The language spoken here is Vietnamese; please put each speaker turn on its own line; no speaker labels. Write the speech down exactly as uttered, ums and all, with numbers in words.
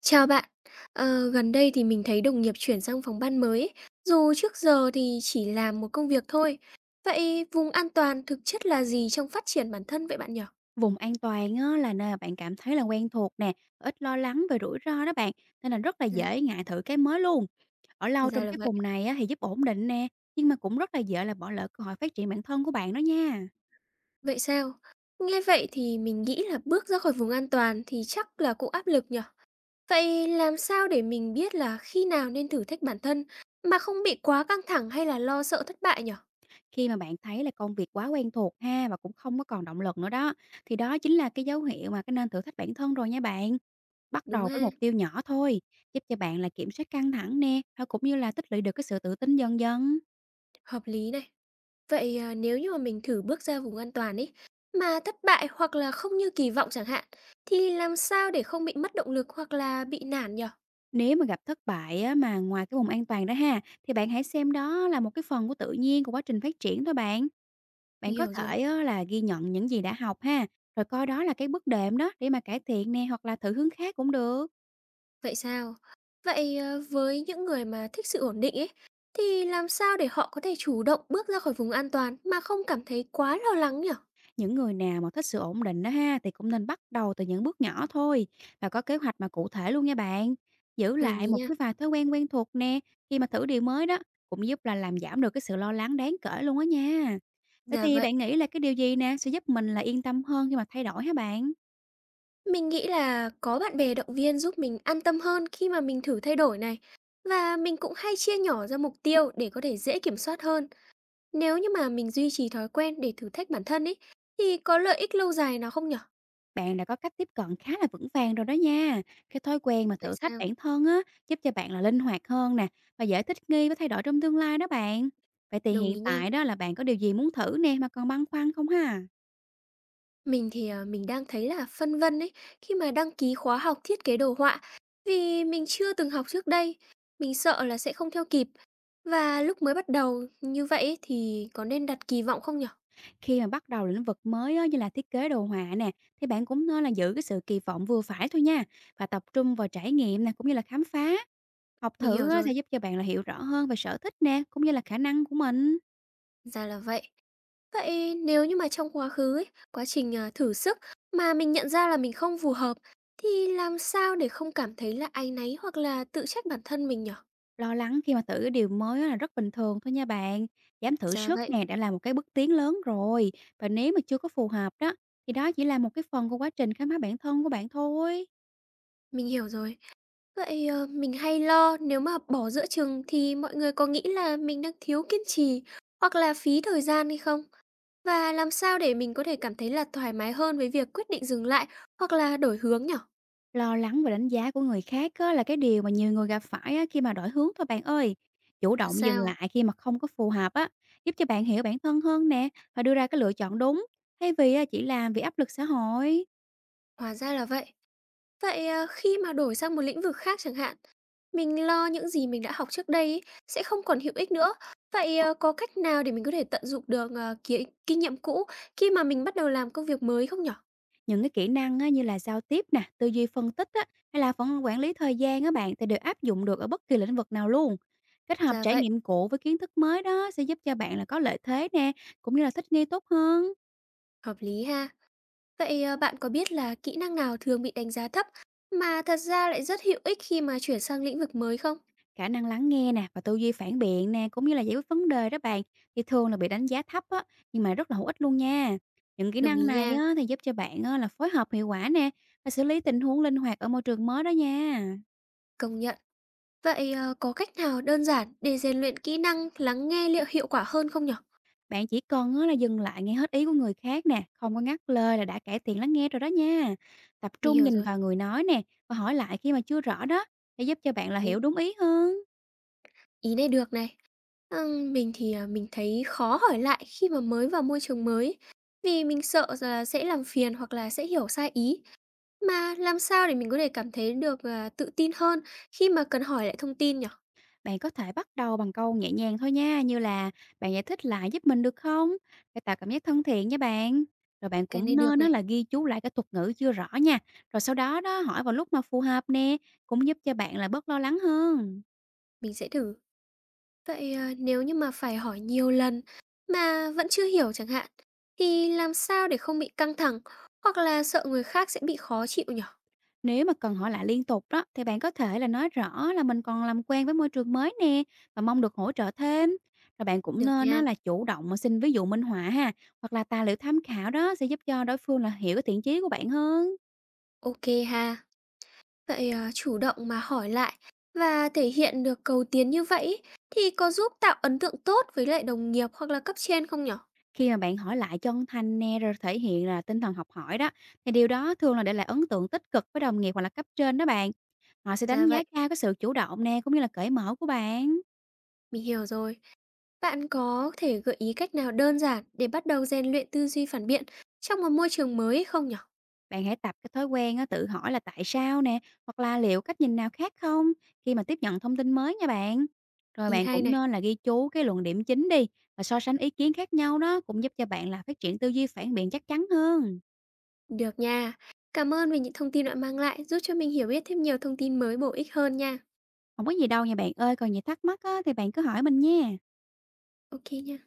Chào bạn. Ờ, gần đây thì mình thấy đồng nghiệp chuyển sang phòng ban mới, ấy, dù trước giờ thì chỉ làm một công việc thôi. Vậy vùng an toàn thực chất là gì trong phát triển bản thân vậy bạn nhỉ?
Vùng an toàn á, là nơi mà bạn cảm thấy là quen thuộc nè, ít lo lắng về rủi ro đó bạn, nên là rất là
Dạ,
dễ ngại thử cái mới luôn. Ở lâu
ra
trong
là
cái
vậy.
vùng này á, thì giúp ổn định nè, nhưng mà cũng rất là dễ là bỏ lỡ cơ hội phát triển bản thân của bạn đó nha.
Vậy sao? Nghe vậy thì mình nghĩ là bước ra khỏi vùng an toàn thì chắc là cũng áp lực nhỉ? Vậy làm sao để mình biết là khi nào nên thử thách bản thân mà không bị quá căng thẳng hay là lo sợ thất bại nhỉ?
Khi mà bạn thấy là công việc quá quen thuộc ha và cũng không có còn động lực nữa đó, thì đó chính là cái dấu hiệu mà cái nên thử thách bản thân rồi nha bạn. Bắt
Đúng
đầu với
ha,
mục tiêu nhỏ thôi, giúp cho bạn là kiểm soát căng thẳng nè, và cũng như là tích lũy được cái sự tự tin dần dần.
hợp lý này. Vậy, à, nếu như mà mình thử bước ra vùng an toàn ấy, mà thất bại hoặc là không như kỳ vọng chẳng hạn, thì làm sao để không bị mất động lực hoặc là bị nản nhỉ?
Nếu mà gặp thất bại á, mà ngoài cái vùng an toàn đó ha, thì bạn hãy xem đó là một cái phần của tự nhiên của quá trình phát triển thôi bạn. Bạn
Mình
có
hiểu rồi.
thể á, là ghi nhận những gì đã học ha, rồi coi đó là cái bước đệm đó để mà cải thiện nè, hoặc là thử hướng khác cũng được.
Vậy sao? Vậy, à, với những người mà thích sự ổn định ấy, thì làm sao để họ có thể chủ động bước ra khỏi vùng an toàn mà không cảm thấy quá lo lắng nhỉ?
Những người nào mà thích sự ổn định đó ha, thì cũng nên bắt đầu từ những bước nhỏ thôi và có kế hoạch mà cụ thể luôn nha bạn. Giữ
Đồng
lại
ý
một
nha.
cái vài thói quen quen thuộc nè khi mà thử điều mới đó, cũng giúp là làm giảm được cái sự lo lắng đáng kể luôn á nha. Vậy
Dạ
thì bạn
vậy.
nghĩ là cái điều gì nè sẽ giúp mình là yên tâm hơn khi mà thay đổi hả bạn?
Mình nghĩ là có bạn bè động viên giúp mình an tâm hơn khi mà mình thử thay đổi này. Và mình cũng hay chia nhỏ ra mục tiêu để có thể dễ kiểm soát hơn. Nếu như mà mình duy trì thói quen để thử thách bản thân ấy, thì có lợi ích lâu dài nào không nhỉ?
Bạn đã có cách tiếp cận khá là vững vàng rồi đó nha. Cái thói quen mà
Vậy
thử thách
sao?
bản thân á, giúp cho bạn là linh hoạt hơn nè và dễ thích nghi với thay đổi trong tương lai đó bạn. Vậy thì
Đồng
hiện
ý nha.
tại đó là bạn có điều gì muốn thử nè mà còn băn khoăn không ha?
Mình thì, à, mình đang thấy là phân vân ấy, khi mà đăng ký khóa học thiết kế đồ họa, vì mình chưa từng học trước đây, mình sợ là sẽ không theo kịp. Và lúc mới bắt đầu như vậy ấy, thì có nên đặt kỳ vọng không nhỉ?
Khi mà bắt đầu lĩnh vực mới á, như là thiết kế đồ họa nè, thì bạn cũng nên là giữ cái sự kỳ vọng vừa phải thôi nha, và tập trung vào trải nghiệm nè cũng như là khám phá. Học
Mình
thử
hiểu
á,
rồi,
sẽ giúp cho bạn là hiểu rõ hơn về sở thích nè cũng như là khả năng của mình.
ra là vậy. Vậy nếu như mà trong quá khứ ấy, quá trình, à, thử sức mà mình nhận ra là mình không phù hợp, thì làm sao để không cảm thấy là áy náy hoặc là tự trách bản thân mình nhỉ?
Lo lắng khi mà thử cái điều mới á là rất bình thường thôi nha bạn. Dám thử
Dạ
sức
vậy,
nè đã là một cái bước tiến lớn rồi. Và nếu mà chưa có phù hợp đó, thì đó chỉ là một cái phần của quá trình khám phá bản thân của bạn thôi.
mình hiểu rồi. Vậy, ờ, mình hay lo nếu mà bỏ giữa chừng thì mọi người có nghĩ là mình đang thiếu kiên trì hoặc là phí thời gian hay không? Và làm sao để mình có thể cảm thấy là thoải mái hơn với việc quyết định dừng lại hoặc là đổi hướng nhỉ?
Lo lắng và đánh giá của người khác á, là cái điều mà nhiều người gặp phải á, khi mà đổi hướng thôi bạn ơi. Chủ
Thật
động dừng
sao?
lại khi mà không có phù hợp á, giúp cho bạn hiểu bản thân hơn nè và đưa ra cái lựa chọn đúng, thay vì á, chỉ làm vì áp lực xã hội.
Hóa ra là vậy. Vậy, ờ, khi mà đổi sang một lĩnh vực khác chẳng hạn, mình lo những gì mình đã học trước đây ấy, sẽ không còn hữu ích nữa. Vậy, ờ, có cách nào để mình có thể tận dụng được, ờ, kiến kinh nghiệm cũ khi mà mình bắt đầu làm công việc mới không nhỉ?
Những cái kỹ năng á, như là giao tiếp nè, tư duy phân tích á, hay là phần quản lý thời gian á bạn, thì đều áp dụng được ở bất kỳ lĩnh vực nào luôn. Kết hợp
Ra
trải
vậy,
nghiệm cũ với kiến thức mới đó sẽ giúp cho bạn là có lợi thế nè, cũng như là thích nghi tốt hơn.
hợp lý ha. Vậy, ờ, bạn có biết là kỹ năng nào thường bị đánh giá thấp mà thật ra lại rất hữu ích khi mà chuyển sang lĩnh vực mới không?
Khả năng lắng nghe nè và tư duy phản biện nè cũng như là giải quyết vấn đề đó bạn, thì thường là bị đánh giá thấp á, nhưng mà rất là hữu ích luôn nha. Những kỹ
Đồng
năng
ý
này
nha,
á, thì giúp cho bạn á, là phối hợp hiệu quả nè và xử lý tình huống linh hoạt ở môi trường mới đó nha.
công nhận. Vậy, ờ, có cách nào đơn giản để rèn luyện kỹ năng lắng nghe liệu hiệu quả hơn không nhỉ?
Bạn chỉ cần á là dừng lại nghe hết ý của người khác nè, không có ngắt lời là đã cải thiện lắng nghe rồi đó nha. Tập
Mình
trung
hiểu
nhìn
rồi.
vào người nói nè và hỏi lại khi mà chưa rõ đó, để giúp cho bạn là
Ý
hiểu đúng ý hơn.
Ý này được này. Ừm, mình thì, à, mình thấy khó hỏi lại khi mà mới vào môi trường mới, vì mình sợ là sẽ làm phiền hoặc là sẽ hiểu sai ý. Mà làm sao để mình có thể cảm thấy được, à, tự tin hơn khi mà cần hỏi lại thông tin nhỉ?
Bạn có thể bắt đầu bằng câu nhẹ nhàng thôi nha, như là: bạn giải thích lại giúp mình được không? Để tạo cảm giác thân thiện nha bạn. Rồi bạn
Cái
cũng
này
nên
được
đó
này,
là ghi chú lại cái thuật ngữ chưa rõ nha. Rồi sau đó đó hỏi vào lúc mà phù hợp nè, cũng giúp cho bạn là bớt lo lắng hơn.
mình sẽ thử. Vậy, à, nếu như mà phải hỏi nhiều lần mà vẫn chưa hiểu chẳng hạn, thì làm sao để không bị căng thẳng hoặc là sợ người khác sẽ bị khó chịu nhỉ?
Nếu mà cần hỏi lại liên tục đó, thì bạn có thể là nói rõ là mình còn làm quen với môi trường mới nè và mong được hỗ trợ thêm. Rồi bạn cũng
Được
nên nó
nha,
là chủ động mà xin ví dụ minh họa ha, hoặc là tài liệu tham khảo đó sẽ giúp cho đối phương là hiểu cái thiện chí của bạn hơn.
ok ha. Vậy, à, chủ động mà hỏi lại và thể hiện được cầu tiến như vậy ấy, thì có giúp tạo ấn tượng tốt với lại đồng nghiệp hoặc là cấp trên không nhỉ?
Khi mà bạn hỏi lại chân thành nè rồi thể hiện là tinh thần học hỏi đó, thì điều đó thường là để lại ấn tượng tích cực với đồng nghiệp hoặc là cấp trên đó bạn. Họ sẽ đánh
Dạ
giá
vậy,
cao cái sự chủ động nè cũng như là cởi mở của bạn.
mình hiểu rồi. Bạn có thể gợi ý cách nào đơn giản để bắt đầu rèn luyện tư duy phản biện trong một môi trường mới không nhỉ?
Bạn hãy tập cái thói quen á, tự hỏi là tại sao nè, hoặc là liệu cách nhìn nào khác không, khi mà tiếp nhận thông tin mới nha bạn. Rồi
Ý
bạn
hay
cũng
này.
nên là ghi chú cái luận điểm chính đi và so sánh ý kiến khác nhau đó, cũng giúp cho bạn là phát triển tư duy phản biện chắc chắn hơn.
Được nha. Cảm ơn về những thông tin bạn mang lại giúp cho mình hiểu biết thêm nhiều thông tin mới bổ ích hơn nha.
Không có gì đâu nha bạn ơi, còn gì thắc mắc á, thì bạn cứ hỏi mình nha.
Ok nha.